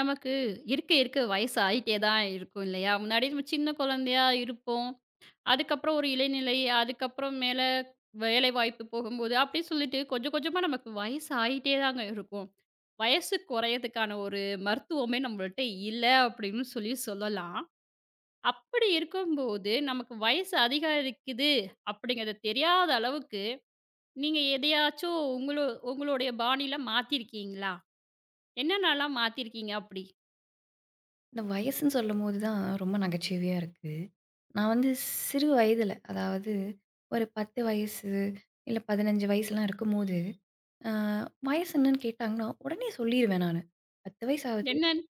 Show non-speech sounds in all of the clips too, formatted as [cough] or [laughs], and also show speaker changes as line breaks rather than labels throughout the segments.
நமக்கு இருக்க இருக்க வயசு ஆயிட்டே தான் இருக்கும் இல்லையா? முன்னாடி நம்ம சின்ன குழந்தையா இருப்போம். அதுக்கப்புறம் ஒரு இளநிலை, அதுக்கப்புறம் மேல வேலைவாய்ப்பு போகும்போது, அப்படி சொல்லிட்டு கொஞ்சம் கொஞ்சமா நமக்கு வயசு ஆயிட்டே தாங்க இருக்கும். வயசு குறையதுக்கான ஒரு மருத்துவமே நம்மள்ட்ட இல்ல அப்படின்னு சொல்லி சொல்லலாம். அப்படி இருக்கும்போது, நமக்கு வயசு அதிகரிக்குது அப்படிங்கிறது தெரியாத அளவுக்கு, நீங்க எதையாச்சும் உங்களுடைய பாணியில மாத்திருக்கீங்களா? என்னென்னலாம் மாத்திருக்கீங்க அப்படி?
இந்த வயசுன்னு சொல்லும்போது தான் ரொம்ப நகைச்சுவையா இருக்கு. நான் வந்து சிறு வயதில, அதாவது ஒரு 10 வயசு, இல்ல 15 வயசுலாம் இருக்கும்போது, அ வயசு என்னன்னு கேட்டாங்கன்னா, உடனே சொல்லிருவேன் நானு. 10 வயசு ஆகுது,
என்னன்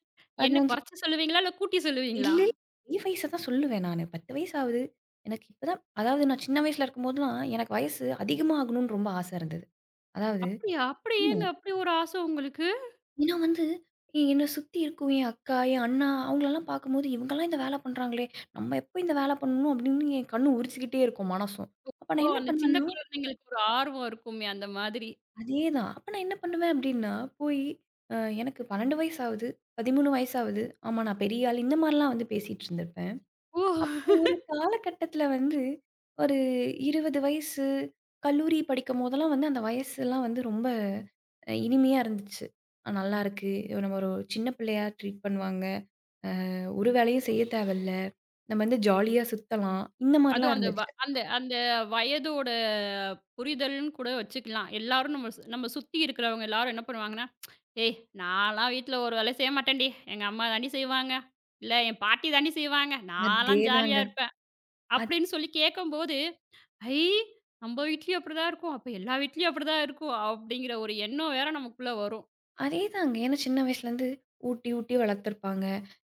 என்ன
15
குறைச்சு சொல்லுவீங்களா? இல்ல கூட்டி சொல்லுவீங்களா?
இல்ல, என் வயச தான் சொல்லுவேன் நானு. 10 வயசு ஆகுது, எனக்கு இப்பதான் அதாவது நான் சின்ன வயசுல இருக்கும்போதெல்லாம், எனக்கு வயசு அதிகமாகணும்னு ரொம்ப ஆசை இருந்தது. அதாவது
அப்படியா? அப்படி
ஆமா.
ஏங்க அப்படி ஒரு ஆசை உங்களுக்கு?
ஏன்னா வந்து, என்ன சுத்தி இருக்கும் என் அக்கா, என் அண்ணா அவங்களலாம் பார்க்கும்போது, "இவங்கலாம் இந்த வேல பண்றாங்களே! நம்ம எப்போ இந்த வேல பண்ணணும்?" அப்படின்னு என் கண்ணு உரிச்சுக்கிட்டே இருக்கும் மனசும். அப்ப
ஓ!
நான் என்ன
அந்த சின்ன
பண்ணுவேன்னா
குழந்தைங்களுக்கு ஒரு ஆர்வம் இருக்குமே அந்த மாதிரி.
அதேதான். அப்ப நான் என்ன பண்ணுவேன் அப்படின்னா, போய் அ எனக்கு 12 வயசு ஆகுது, 13 வயசு ஆகுது. ஆமா நான் பெரிய ஆள் இந்த மாரிலாம் வந்து பேசிட்டு இருந்திருப்பேன்.
ஓ!
அப்போ ஒரு காலகட்டத்தில வந்து ஒரு 20 வயசு, கல்லூரி படிக்கும்போதெல்லாம் வந்து அந்த வயசுலாம் வந்து ரொம்ப இனிமையா இருந்துச்சு. நல்லாயிருக்கு. நம்ம ஒரு சின்ன பிள்ளையா ட்ரீட் பண்ணுவாங்க." அ ஒரு வேலையும் செய்ய தேவையில்ல. நம்ம வந்து ஜாலியா சுத்தலாம். இந்த மாரிலாம்
அதுவும் அந்த வ
இருந்துச்சு.
அந்த அந்த வயதோட புரிதல்ன்னு கூட வச்சுக்கலாம். எல்லாரும் நம்ம சுத்தி இருக்கிறவங்க எல்லாரும் என்ன பண்ணுவாங்கன்னா, "ஏய்! நான்லாம் வீட்ல ஒரு வேலையும் செய்ய மாட்டேன்டி. எங்க அம்மா தாண்டி செய்வாங்க. இல்ல என் பாட்டி தாண்டி செய்வாங்க. நான்லாம் ஜாலியா
அதேதாங்க.
இருப்பேன்."
அத்
அப்படின்னு சொல்லி கேட்கும்போது ஐ! நம்ம வீட்லயும் அப்படிதான் இருக்கும். அப்ப எல்லா வீட்லயும் அப்படிதான் இருக்கும். அப்படிங்கிற ஒரு எண்ணம் வேற நமக்குள்ள வரும்.
அதேதாங்க. ஏன்னா சின்ன வயசுலேருந்து ஊட்டி, ஊட்டி வளர்த்துருப்பாங்க.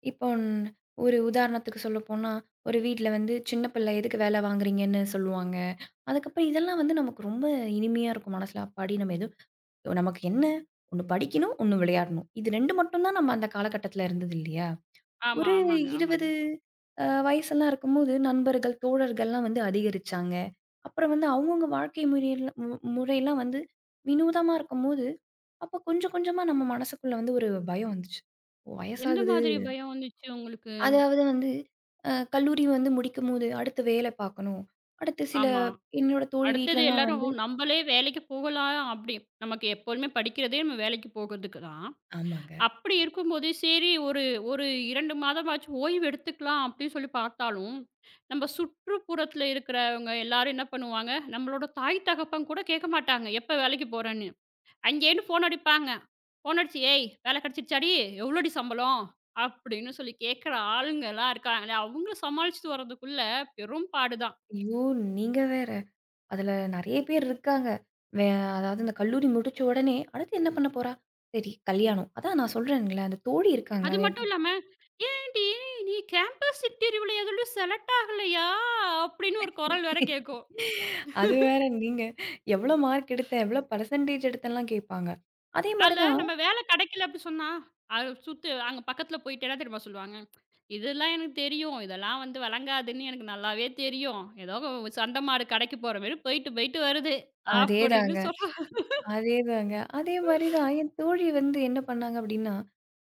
இப்போ ஒரு உதாரணத்துக்கு சொல்லப்போனா, ஒரு வீட்ல வந்து சின்ன பிள்ளை எதுக்கு வேலை வாங்குறீங்கன்னு சொல்லுவாங்க. அதுக்கப்புறம் இதெல்லாம் வந்து நமக்கு ரொம்ப இனிமையா இருக்கும் மனசுல. அப்பாடி நம்ம எதுவும் நமக்கு என்ன? ஒண்ணு படிக்கணும், ஒண்ணு விளையாடணும். இது 2 மட்டும் தான் நம்ம அந்த காலகட்டத்தில இருந்தது இல்லையா?
ஆமா,
ஒரு
ஆமாங்க, ஆமாங்க.
20 வயசெல்லாம் இருக்கும்போது, நண்பர்கள், தோழர்கள்லாம் வந்து அதிகரிச்சாங்க. அப்புறம் வந்து அவங்கவங்க வாழ்க்கை முறையில முறையெல்லாம் வந்து வினோதமா இருக்கும்போது, அப்ப கொஞ்சம் கொஞ்சமா நம்ம மனசுக்குள்ள வந்து ஒரு பயம் வந்துச்சு. ஓ,
எந்த
வயசாகுது.
மாதிரி பயம் வந்துச்சு உங்களுக்கு?
அதாவது வந்து கல்லூரி வந்து முடிக்கும்போது, அடுத்து வேலை பார்க்கணும். அடுத்து சில
ஆமா.
என்னோட தோழி
அடுத்தது
வீட்லலாம்
எல்லாரும்
வந்து
நம்பளே வேலைக்கு போகலாம் அப்படி. நமக்கு எப்போதுமே படிக்கிறதே நம்ம வேலைக்கு போகறதுக்கு தான்.
ஆமாங்க.
அப்படி இருக்கும்போது சரி ஒரு ஒரு 2 மாதமாச்சும் ஓய்வு எடுத்துக்கலாம் அப்படின்னு சொல்லி பார்த்தாலும், நம்ம சுற்றுப்புறத்துல இருக்கிறவங்க எல்லாரும் என்ன பண்ணுவாங்க, நம்மளோட தாய் தகப்பன் கூட கேட்க மாட்டாங்க. எப்ப வேலைக்கு போறேன்னு. அங்கேன்னு ஃபோன் அடிப்பாங்க. ஃபோன் அடிச்சு, "ஏய் வேலை கிடைச்சிருச்சாடி? எவ்வளோடி சம்பளம்?" அப்படின்னு சொல்லி கேட்குற ஆளுங்கலாம் இருக்காங்களே, அவங்கள சமாளிச்சுட்டு வரதுக்குள்ள பெரும் பாடுதான்.
ஐயோ! நீங்க வேற. அதுல நெறைய பேர் இருக்காங்க. வே அதாவது இந்த கல்லூரி முடிச்ச உடனே, அடுத்து என்ன பண்ண போறா? சரி கல்யாணம். அதான் நான் சொல்றேன்ல, அந்த தோழி இருக்காங்களா
அது மட்டும் இல்லாம, "ஏன்டி நீ கேம்பஸ் இன்டர்வியூல எதுலயும் செலக்ட் ஆகலையா?" அப்படின்னு ஒரு குரல் வேற கேட்கும்.
[laughs] அது வேற நீங்க எவ்வளோ மார்க் எடுத்த? எவ்வளோ பெர்சன்டேஜ் எடுத்தலாம் கேட்பாங்க. அதே மாரி
அதுல
தான்
நம்ம வேலை கிடைக்கல அப்படி சொன்னா, அது சுத்து அங்க பக்கத்துல போயிட்டு என்ன தெரியுமா சொல்லுவாங்க? "இதெல்லாம் எனக்கு தெரியும். இதெல்லாம் வந்து வழங்காதுன்னு எனக்கு நல்லாவே தெரியும். ஏதோ சண்டை மாடு கடைக்கு போற மாரி போயிட்டு போயிட்டு வருது." அப்படின்னு
அதேதாங்க.
சொல்ல
அதேதாங்க. அதே மாரி தான் என் தோழி வந்து என்ன பண்ணாங்க அப்டின்னா,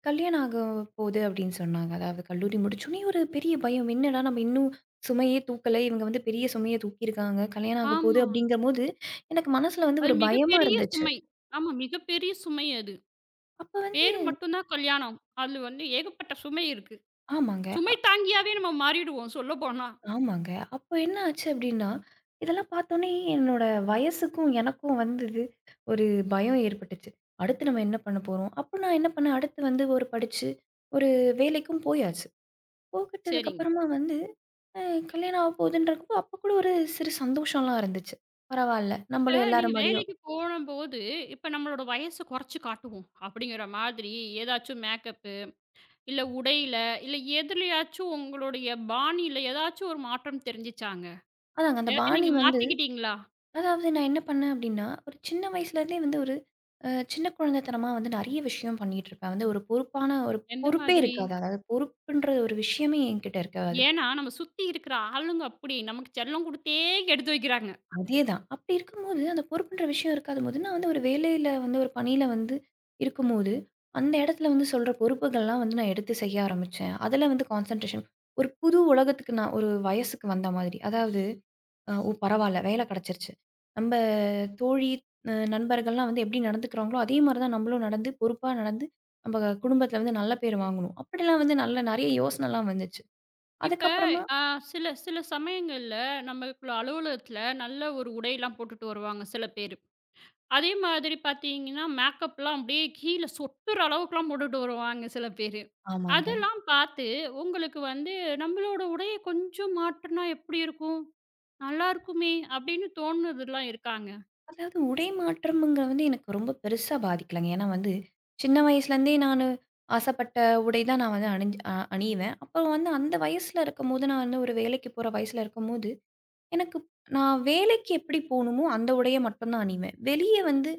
கல்யாணம் ஆக போது அப்டின்னு சொன்னாங்க. அதாவது கல்லூரி முடிச்சோனே ஒரு பெரிய பயம். என்னடா நம்ம இன்னும் சுமையே தூக்கல. இவங்க வந்து பெரிய சுமைய தூக்கியிருக்காங்க. கல்யாணம் ஆக போது
ஆமா.
அப்டிங்கும்போது, எனக்கு மனசுல வந்து
அது
ஒரு பயமா
மிகப்பெரிய
இருந்துச்சு.
சுமை. ஆமா, மிகப்பெரிய சுமை அது.
அப்ப வந்து
பேரு மட்டும் தான் கல்யாணம். அது வந்து ஏகப்பட்ட சுமை இருக்கு.
ஆமாங்க.
சுமை தாங்கியாவே நம்ம மாறிடுவோம் சொல்லப்போனா.
ஆமாங்க. அப்ப என்ன ஆச்சு அப்டின்னா, இதெல்லாம் பார்த்தோனே என்னோட வயசுக்கும் எனக்கும் வந்தது ஒரு பயம் ஏற்பட்டுச்சு. அடுத்து நம்ம என்ன பண்ண போறோம்? அப்ப நான் என்ன பண்ணேன், அடுத்து வந்து ஒரு படிச்சு ஒரு வேலைக்கும் போயாச்சு. போகட்டதுக்கு
சரிங்க.
அப்புறமா வந்து அ கல்யாணம் ஆக போதுன்றப்போ, அப்ப கூட ஒரு சிறு சந்தோஷம்லாம் இருந்துச்சு. பரவால்ல,
இப்ப
நம்மளும் எல்லார்
நீங்க
முன்னாடியும்
வேலைக்கு போனம்போது, இப்ப நம்மளோட வயச குறைச்சு காட்டுவோம். அப்படிங்கிற மாதிரி ஏதாச்சும் மேக்கப்பு, இல்ல உடையில, இல்ல எதுலயாச்சும் உங்களுடைய பாணியில ஏதாச்சும் ஒரு மாற்றம் தெரிஞ்சுச்சாங்க?
அதாங்க அந்த
ஏதாச்சும்
பாணி
நீங்க
வந்து
மாத்திக்கிட்டீங்களா?
அதாவது நான் என்ன பண்ணேன் அப்படின்னா, ஒரு சின்ன வயசுலேருந்தே வந்து ஒரு சின்ன குழந்தைத்தனமா வந்து நெறைய விஷயம் பண்ணிட்டுருப்பேன். வந்து ஒரு பொறுப்பான ஒரு
எந்த
பொறுப்பே
மாதிரி?
இருக்காது. அதாவது பொறுப்புன்ற ஒரு விஷயமே என்கிட்ட இருக்காது.
ஏன்னா, நம்ம சுத்தி இருக்கிற ஆளுங்க அப்படி நமக்கு செல்லம் குடுத்தே எடுத்து வைக்கிறாங்க.
அதேதான். அப்படி இருக்கும்போது, அந்த பொறுப்புன்ற விஷயம் இருக்காதம்போது, நான் வந்து ஒரு வேலையில வந்து ஒரு பணியில வந்து இருக்கும்போது, அந்த இடத்துல வந்து சொல்ற பொறுப்புகள்லாம் வந்து நான் எடுத்து செய்ய ஆரம்பிச்சேன். அதுல வந்து கான்சன்ட்ரேஷன் ஒரு புது உலகத்துக்கு நான் ஒரு வயசுக்கு வந்த மாதிரி. அதாவது, ஓ பரவால்ல வேலை கிடைச்சிருச்சு. நம்ப தோழி, நண்பர்கள்லாம் வந்து எப்படி நடந்துக்கிறாங்களோ, அதே மாரி தான் நம்மளும் நடந்து, பொறுப்பா நடந்து, நம்ப குடும்பத்துல வந்து நல்ல பேர் வாங்கணும். அப்படிலாம் வந்து நல்ல நெறைய யோசனைலாம் வந்துச்சு.
இப்ப
அதுக்கப்புறமா
அ சில சில சமயங்கள்ல நமக்குள்ள அலுவலகத்துல நல்ல ஒரு உடையெல்லாம் போட்டுட்டு வருவாங்க சில பேரு. அதே மாதிரி பார்த்தீங்கன்னா, மேக்கப்லாம் அப்படியே கீழ சொட்டுற அளவுக்குலாம் போட்டுட்டு வருவாங்க சில பேரு.
ஆமாங்க.
அதெல்லாம் பார்த்து உங்களுக்கு வந்து நம்மளோட உடைய கொஞ்சம் மாற்றுனா எப்படி இருக்கும்? நல்லாருக்குமே அப்படின்னு தோணுனதுலாம் இருக்காங்க.
அதாவது உடை மாற்றம்ங்கிறது வந்து எனக்கு ரொம்ப பெருசா பாதிக்கலங்க. ஏன்னா வந்து, சின்ன வயசுலேருந்தே நானு ஆசைப்பட்ட உடை தான் நான் வந்து அணிஞ்சு அணிவேன். அப்போ வந்து அந்த வயசுல இருக்கும்போது, நான் வந்து ஒரு வேலைக்கு போற வயசுல இருக்கும்போது, எனக்கு நான் வேலைக்கு எப்படி போணுமோ அந்த உடைய மட்டும் தான் அணிவேன். வெளிய வந்து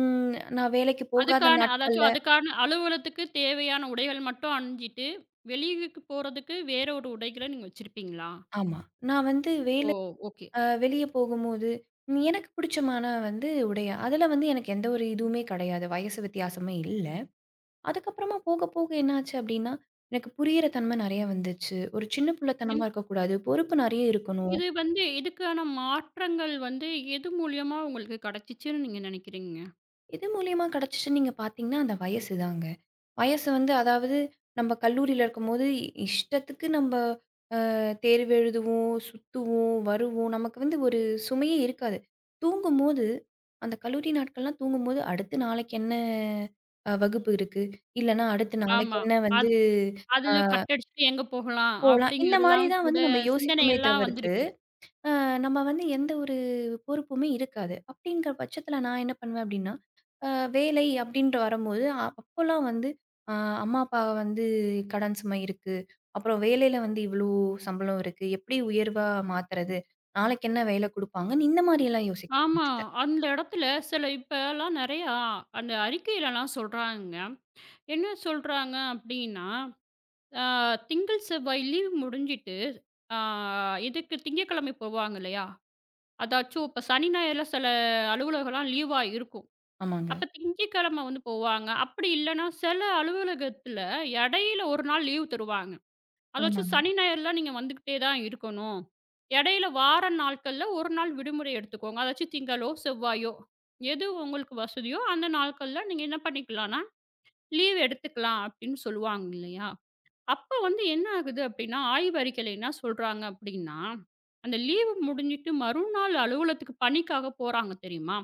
நான் வேலைக்கு போகாத
அதுக்கான
நாட்கள்ல
அதாச்சும் அதுக்கான அலுவலகத்துக்கு தேவையான உடைகள் மட்டும் அணிஞ்சிட்டு, வெளியூருக்கு போறதுக்கு வேற ஒரு உடைகள நீங்க வச்சிருப்பீங்களா?
ஆமா. நான் வந்து
ஓ!
வேலை
ஓகே.
வெளிய போகும்போது, எனக்கு பிடிச்சமான வந்து உடைய அதில வந்து எனக்கு எந்த ஒரு இதுவுமே கிடையாது. வயசு வித்தியாசமே இல்ல. அதுக்கப்புறமா போக போக என்னாச்சு அப்படின்னா, எனக்கு புரியிற தன்மை நெறைய வந்துச்சு. ஒரு சின்ன பிள்ளைத்தனமா இருக்கக்கூடாது. பொறுப்பு நெறைய இருக்கணும்.
இது வந்து இதுக்கான மாற்றங்கள் வந்து எது மூலியமா உங்களுக்கு கிடைச்சிச்சுன்னு நீங்க நினைக்கிறீங்க?
எது மூலியமா கிடைச்சுச்சுன்னு நீங்க பார்த்தீங்கன்னா, அந்த வயசு தாங்க. வயசு வந்து அதாவது நம்ம கல்லூரியில இருக்கும்போது இஷ்டத்துக்கு நம்ம தேர்வு எழுதுவோம், சுத்துவோம், வருவோம். நமக்கு வந்து ஒரு சுமையே இருக்காது. தூங்கும்போது அந்த கல்லூரி நாட்கள்லாம் தூங்கும்போது, அடுத்து நாளைக்கு என்ன வகுப்பு இருக்கு? இல்லன்னா அடுத்த நாளைக்கு
ஆமா.
என்ன வந்து
அது
அ
அதுல கட் அடிச்சுட்டு எங்க போகலாம்
போலாம். இந்த மாரி
அப்படிங்கிறதெல்லாம்
தான்
கூட
வந்து நம்ம யோசிப்போமே
சிந்தனைகள்லாம்
தவிர்த்து
வந்திருக்கு.
அ நம்ம வந்து எந்த ஒரு பொறுப்புமே இருக்காது. அப்டிங்கிற பட்சத்தில நான் என்ன பண்ணுவேன் அப்டின்னா, அ வேலை அப்டின்ட்டு வரும்போது, அப்போலாம் வந்து அ அம்மா, அப்பா வந்து கடன் சுமை இருக்கு. அப்புறம் வேலையில வந்து இவ்ளோ சம்பளம் இருக்கு. எப்டி உயர்வா மாத்துறது? நாளைக்கு என்ன வேல குடுப்பாங்கன்னு இந்த மாரியெல்லாம் யோசிக்க
ஆமா.
ஆரம்பிச்சுட்டேன்.
அந்த இடத்துல சில இப்பலாம் நெறையா அந்த அறிக்கையிலலாம் சொல்றாங்க. என்ன சொல்றாங்க அப்படின்னா, அ திங்கள், செவ்வாய் லீவ் முடிஞ்சிட்டு, ஆ இதுக்கு திங்கட்கிழமை போவாங்க இல்லையா? அதாச்சும் இப்ப சனி, ஞாயிறுல சில அலுவலகம்லாம் லீவா இருக்கும்.
ஆமாங்க.
அப்ப திங்கட்கிழமை வந்து போவாங்க. அப்படி இல்லன்னா, சில அலுவலகத்துல இடையில ஒரு நாள் லீவ் தருவாங்க. அதாச்சும்
ஆமாங்க.
சனி, ஞாயிறுலாம் நீங்க வந்துகிட்டே தான் இருக்கணும். இடையில வார நாட்கள்ல ஒரு நாள் விடுமுறை எடுத்துக்கோங்க. அதாச்சும் திங்களோ, செவ்வாயோ எது உங்களுக்கு வசதியோ அந்த நாட்கள்ல நீங்க என்ன பண்ணிக்கலாம்னா, லீவ் எடுத்துக்கலாம் அப்படின்னு சொல்லுவாங்க இல்லையா? அப்ப வந்து என்ன ஆகுது அப்படின்னா, ஆய்வறிக்கையில என்ன சொல்றாங்க அப்படின்னா, அந்த லீவு முடிஞ்சிட்டு மறுநாள் அலுவலகத்துக்கு பணிக்காக போறாங்க தெரியுமா?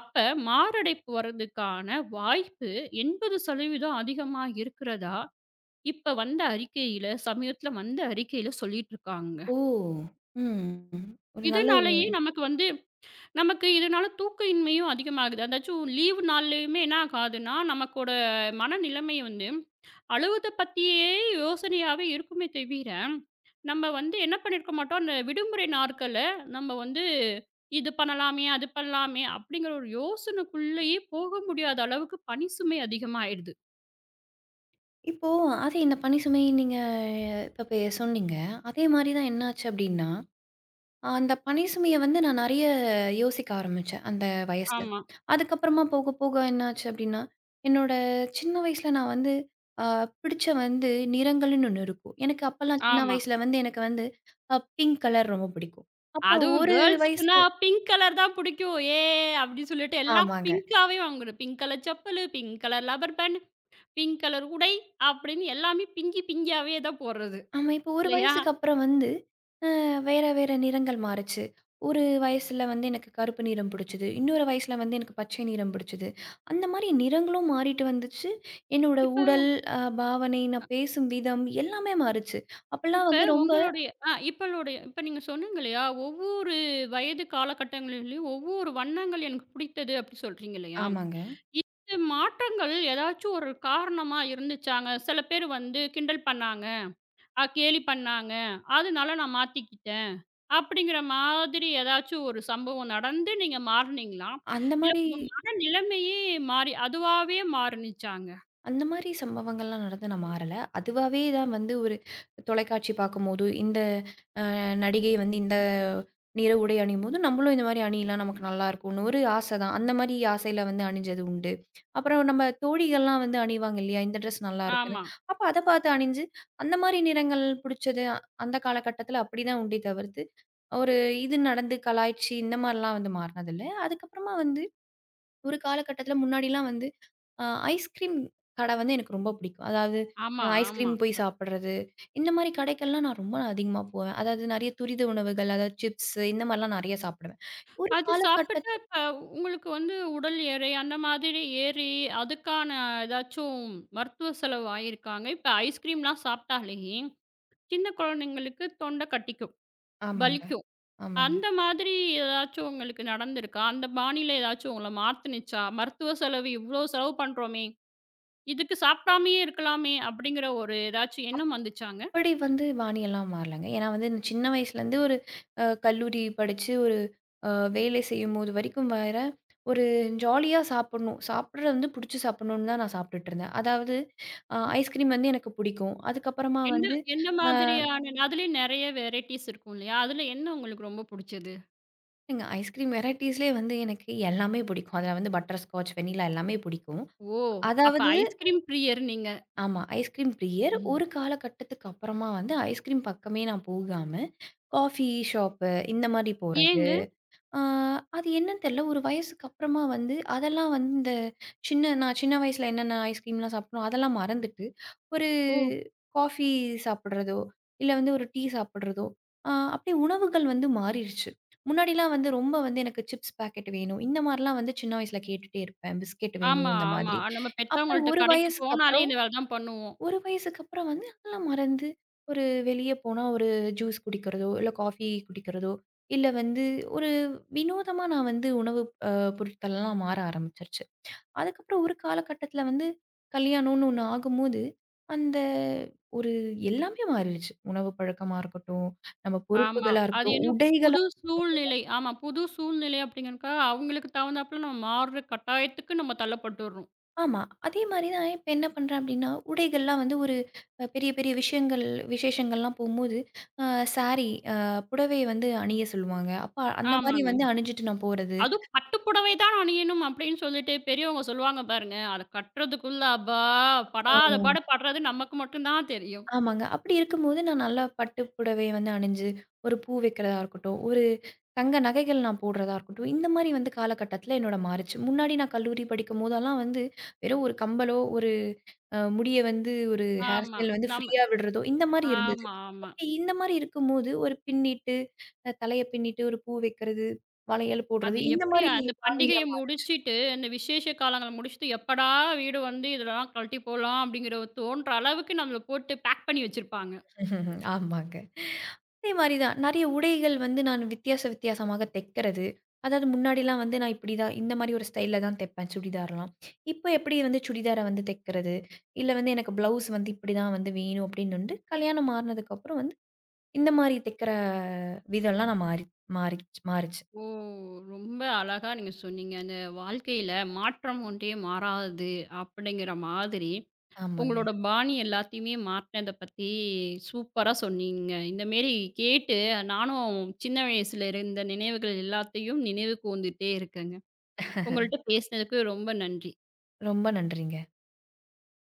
அப்ப மாரடைப்பு வர்றதுக்கான வாய்ப்பு 80% அதிகமா இருக்கிறதா, இப்ப வந்த அறிக்கையில சமீபத்தில வந்த அறிக்கையில சொல்லிட்டு இருக்காங்க.
ஓ! ம். ஒரு நல்ல ஒரு
இதனாலேயே நமக்கு வந்து நமக்கு இதனால தூக்க இன்மையும் அதிகமாகுது. அதாச்சும் லீவு நாள்லயுமே என்ன ஆகுதுன்னா, நமக்கோட மனநிலைமை வந்து அலுவத்த பத்தியே யோசனையாவே இருக்குமே தவிர, நம்ம வந்து என்ன பண்ணியிருக்க மாட்டோம், அந்த விடுமுறை நாட்கள்ல நம்ம வந்து இது பண்ணலாமே, அது பண்ணலாமே அப்படிங்கிற ஒரு யோசனைக்குள்ளேயே போக முடியாத அளவுக்கு பணி சுமை அதிகமாயிடுது.
இப்போ அதே இந்த பணி சுமை நீங்க இப்ப சொன்னீங்க. அதே மாரி தான் என்னாச்சு அப்டின்னா அந்த பனி சுமைய வந்து நான் நெறைய யோசிக்க ஆரம்பிச்சேன், அந்த வயசுல.
ஆமா,
அதுக்கப்புறமா போக, போக என்னாச்சு அப்டின்னா, என்னோட சின்ன வயசுல நான் வந்து அ பிடிச்ச வந்து நிறங்கள்ன்னு ஒண்ணு இருக்கும். எனக்கு அப்பலாம் சின்ன
ஆமா.
வயசுல வந்து எனக்கு வந்து பிங்க் கலர் ரொம்ப பிடிக்கும். அப்புறம்
அதுவும்
ஒரு வயசு
கேர்ல்ஸுக்குன்னா பிங்க் கலர் தான் புடிக்கும். அப்படின்னு சொல்லிட்டு எல்லாம்
ஆமாங்க.
பிங்க்காவே வாங்கணும். Pink colour chappal, pink colour rubber band, pink colour உடை அப்படின்னு எல்லாமே பிங்கி பிங்கியாவே தான் போடுறது.
ஆமா. இப்போ ஒரு
இல்லையா?
வயசுக்கு அப்புறம் வந்து, அ வேற வேற நிறங்கள் மாறுச்சு. ஒரு வயசுல வந்து எனக்கு கருப்பு நிறம் பிடிச்சது. இன்னொரு வயசுல வந்து எனக்கு பச்சை நிறம் பிடிச்சது. அந்த மாரி நிறங்களும் மாறிட்டு வந்துச்சு. என்னோட
இப்ப
உடல், பாவனை, நான் பேசும் விதம் எல்லாமே மாறுச்சு. அப்பலாம்
இப்ப
வந்து ரொம்ப
உங்களுடைய ஆ இப்பளுடைய இப்ப நீங்க சொன்னீங்க இல்லையா? ஒவ்வொரு வயது காலகட்டங்களிலும் ஒவ்வொரு வண்ணங்கள் எனக்கு பிடித்தது அப்படி சொல்றீங்க இல்லையா?
ஆமாங்க.
இந்த மாற்றங்கள் ஏதாச்சும் ஒரு காரணமா இருந்துச்சாங்க? சில பேர் வந்து கிண்டல் பண்ணாங்க, கேலி பண்ணாங்க. அதனால நான் மாத்திக்கிட்டேன். அப்படிங்கிற மாதிரி ஏதாச்சும் ஒரு சம்பவம் நடந்து நீங்க மாறுனீங்களா?
அந்த
இல்ல
மாரி
உங்க மனநிலைமையே மாறி அதுவாவே மாறுனுச்சாங்க?
அந்த மாரி சம்பவங்கள்லாம் நடந்து நான் மாறல. அதுவாவே தான் வந்து ஒரு தொலைக்காட்சி பார்க்கும்போதோ, இந்த நடிகை வந்து இந்த நிற உடை அணியும்போது, நம்மளும் இந்த மாரி அணியலா நமக்கு நல்லாயிருக்கும்னு ஒரு ஆசை தான். அந்த மாரி ஆசையில வந்து அணிஞ்சது உண்டு. அப்புறம் நம்ம தோழிகள்லாம் வந்து அணிவாங்க இல்லையா? இந்த ட்ரெஸ் நல்லாருக்குன்னு.
ஆமா.
அப்ப அத பார்த்து அணிஞ்சு, அந்த மாரி நிறங்கள் புடிச்சது அந்த காலகட்டத்தில அப்படிதான் உண்டே தவிர்த்து, ஒரு இது நடந்து கலாய்ச்சு இந்த மாரிலாம் வந்து மாறுனதில்ல. அதுக்கப்புறமா வந்து ஒரு காலகட்டத்தில முன்னாடிலாம் வந்து அ ஐஸ்கிரீம் கடை வந்து எனக்கு ரொம்ப பிடிக்கும். அதாவது
ஆமா, ஆமா.
ஐஸ்கிரீம் போய் சாப்பிடுறது, இந்த மாரி கடைக்கெல்லாம் நான் ரொம்ப அதிகமா போவேன். அதாவது நெறைய துரித உணவுகள், அதாவது சிப்ஸ் இந்த மாரிலாம் நெறைய சாப்பிடுவேன். ஒரு
அது சாப்பிட்டா இப்ப உங்களுக்கு வந்து உடல் எடை அந்த மாதிரி ஏறி, அதுக்கான ஏதாச்சும் மருத்துவ செலவு ஆயிருக்காங்க. இப்ப ஐஸ்கிரீம்லாம் சாப்பிட்டாலே, சின்ன குழந்தைங்களுக்கு தொண்டை கட்டிக்கும்,
ஆமாங்க,
வலிக்கும்.
ஆமாங்க.
அந்த மாதிரி ஏதாச்சும் உங்களுக்கு நடந்திருக்கா? அந்த பாணியில ஏதாச்சும் உங்கள மாத்துனுச்சா? மருத்துவ செலவு இவ்ளோ செலவு பண்றோமே! இதுக்கு சாப்பிடாமயே இருக்கலாமே! அப்படிங்கிற ஒரு ஏதாச்சும் எண்ணம் வந்துச்சாங்க?
அப்படி வந்து பாணியெல்லாம் மாறலங்க. ஏன்னா வந்து நான் சின்ன வயசுலேருந்து ஒரு கல்லூரி படிச்சு ஒரு அ வேலை செய்யும்போது வரைக்கும் வேற, ஒரு ஜாலியா சாப்பிடணும். சாப்பிடுறது வந்து புடிச்சு சாப்பிடணும்னு தான் நான் சாப்பிட்டுட்டு இருந்தேன். அதாவது ஐஸ்கிரீம் வந்து எனக்கு பிடிக்கும். அதுக்கப்புறமா
என்ன
வந்து
எந்த
அ
மாதிரியான அதுலயும் நெறைய வெரைட்டிஸ் இருக்கும் இல்லையா? அதுல என்ன உங்களுக்கு ரொம்ப புடிச்சது?
ஏங்க ஐஸ்கிரீம் வெரைட்டீஸ்லயே வந்து எனக்கு எல்லாமே பிடிக்கும். அதுல வந்து பட்டர் ஸ்காட்ச், வெண்ணிலா எல்லாமே பிடிக்கும்.
ஓ! அப்ப
அதாவது
ஐஸ்கிரீம் பிரியர் நீங்க.
ஆமா. ஐஸ்கிரீம் பிரியர்.
ம்.
ஒரு காலகட்டத்துக்கு அப்புறமா வந்து ஐஸ்கிரீம் பக்கமே நான் போகாம, காஃபி ஷாப்பு இந்த மாரி போறது.
ஏங்க?
ஆ, அது என்னன்னு தெரியல. ஒரு வயசுக்கு அப்புறமா வந்து அதெல்லாம் வந்து இந்த நான் சின்ன வயசுல என்னென்ன ஐஸ்கிரீம்லாம் சாப்பிட்டனோ அதெல்லாம் மறந்துட்டு, ஒரு
ஓ!
காஃபி சாப்பிடுறதோ, இல்ல வந்து ஒரு டீ சாப்பிடுறதோ, ஆ அப்படியே உணவுகள் வந்து மாறிருச்சு. முன்னாடிலாம் வந்து ரொம்ப வந்து எனக்கு சிப்ஸ் பாக்கெட் வேணும். இந்த மாரிலாம் வந்து சின்ன வயசுல கேட்டுட்டே இருப்பேன். பிஸ்கெட்
ஆமா,
வேணும் இந்த
ஆமா.
மாதிரி.
நம்ம
அப்புறம்
பெத்தவங்கள்ட்ட கடைக்கு போனாலே இந்த வேல தான் பண்ணுவோம்.
ஒரு வயசுக்கு அப்புறம் வந்து அதெல்லாம் மறந்து, ஒரு வெளிய போனா ஒரு ஜூஸ் குடிக்கிறதோ, இல்ல காஃபி குடிக்கிறதோ, இல்ல வந்து ஒரு வினோதமா நான் வந்து உணவு அ பொருட்கள்லாம் மாற ஆரம்பிச்சுருச்சு. அதுக்கப்புறம் ஒரு காலகட்டத்தில வந்து கல்யாணம்னு ஒண்ணு ஆகும்போது, அந்த ஒரு எல்லாமே மாறிடுச்சு. உணவு பழக்கமா இருக்கட்டும், நம்ம
ஆமா.
பொறுப்புகளா
அது
இருக்கட்டும்,
என்ன
உடைகளா
புது சூழ்நிலை. ஆமா, புது சூழ்நிலை அப்படிங்கறக்கா அவங்களுக்கு தகுந்தாப்புல நம்ம மாறுற கட்டாயத்துக்கு நம்ம தள்ளப்பட்டுர்றோம்.
ஆமா. அதே மாரி தான் இப்ப என்ன பண்றேன் அப்டின்னா, உடைகள்லாம் வந்து ஒரு பெரிய, பெரிய விஷயங்கள் விசேஷங்கள்லாம் போம்போது, அ சாரி அ புடவை வந்து அணிய சொல்லுவாங்க. அப்ப அந்த மாரி
ஆமாங்க.
வந்து அணிஞ்சுட்டு நான் போறது.
அதுவும் பட்டு புடவை தான் அணியணும் அப்படின்னு சொல்லிட்டு பெரியவங்க சொல்லுவாங்க பாருங்க. அத கட்டுறதுக்குள்ள அப்பா! படாத
ஆமாங்க.
பாடு படுறது நமக்கு மட்டும் தான் தெரியும்.
ஆமாங்க. அப்படி இருக்கும்போது நான் நல்லா பட்டு புடவை வந்து அணிஞ்சு, ஒரு பூ வைக்கிறதா இருக்கட்டும், ஒரு தங்க நகைகள் நான் போடுறதா இருக்கட்டும், இந்த மாரி வந்து காலகட்டத்தில என்னோட மாறுச்சு. முன்னாடி நான் கல்லூரி படிக்கும் போதெல்லாம் வந்து, வெறும் ஒரு கம்பலோ, ஒரு முடிய வந்து ஒரு ஹேர்
ஆமா.
ஸ்டைல் வந்து
நம்ம
ஃப்ரீயா விடுறதோ, இந்த மாரி இருந்தது.
ஆமா, ஆமா.
அப்படி இந்த மாரி இருக்கும்போது, ஒரு பின்னிட்டு, தலைய பின்னிட்டு ஒரு பூ வைக்கிறது, வளையல் போடுறது,
அது
இந்த
எப்படி
மாரி
அந்த
காணில
பண்டிகைய முடிச்சுட்டு, அந்த விசேஷ காலங்கள முடிச்சுட்டு, எப்படா வீடு வந்து இதெல்லாம் கழட்டி போடலாம் அப்படிங்கிற ஒரு தோன்ற அளவுக்கு நம்மள போட்டு பேக் பண்ணி வச்சிருப்பாங்க.
[laughs] ஆமாங்க. அதே மாரி தான். நெறைய உடைகள் வந்து நான் வித்தியாச வித்தியாசமாக தைக்கிறது. அதாவது முன்னாடிலாம் வந்து நான் இப்படி தான் இந்த மாரி ஒரு ஸ்டைல்ல தான் தைப்பேன் சுடிதார்லாம். இப்போ எப்படி வந்து சுடிதார வந்து தைக்கிறது, இல்ல வந்து எனக்கு ப்ளவுஸ் வந்து இப்படி தான் வந்து வேணும் அப்படின்னு வந்து கல்யாணம் மாறுனதுக்கப்புறம் வந்து இந்த மாரி தைக்கிற விதம்லாம் நான் மாறி மாறிச் மாறுச்சு.
ஓ! ரொம்ப அழகா நீங்க சொன்னீங்க. அந்த வாழ்க்கையில மாற்றம் ஒன்றே மாறாதது அப்படிங்கிற மாதிரி,
ஆமாங்க.
உங்களோட பாணி எல்லாத்தையுமே மாத்துனத பத்தி சூப்பரா சொன்னீங்க. இந்த மேரி கேட்டு நானும் சின்ன வயசுல இருந்த நினைவுகள் எல்லாத்தையும் நினைவு கூர்ந்துட்டே இருக்கேங்க. உங்கள்ட்ட பேசினதுக்கு ரொம்ப நன்றி.
ரொம்ப நன்றிங்க.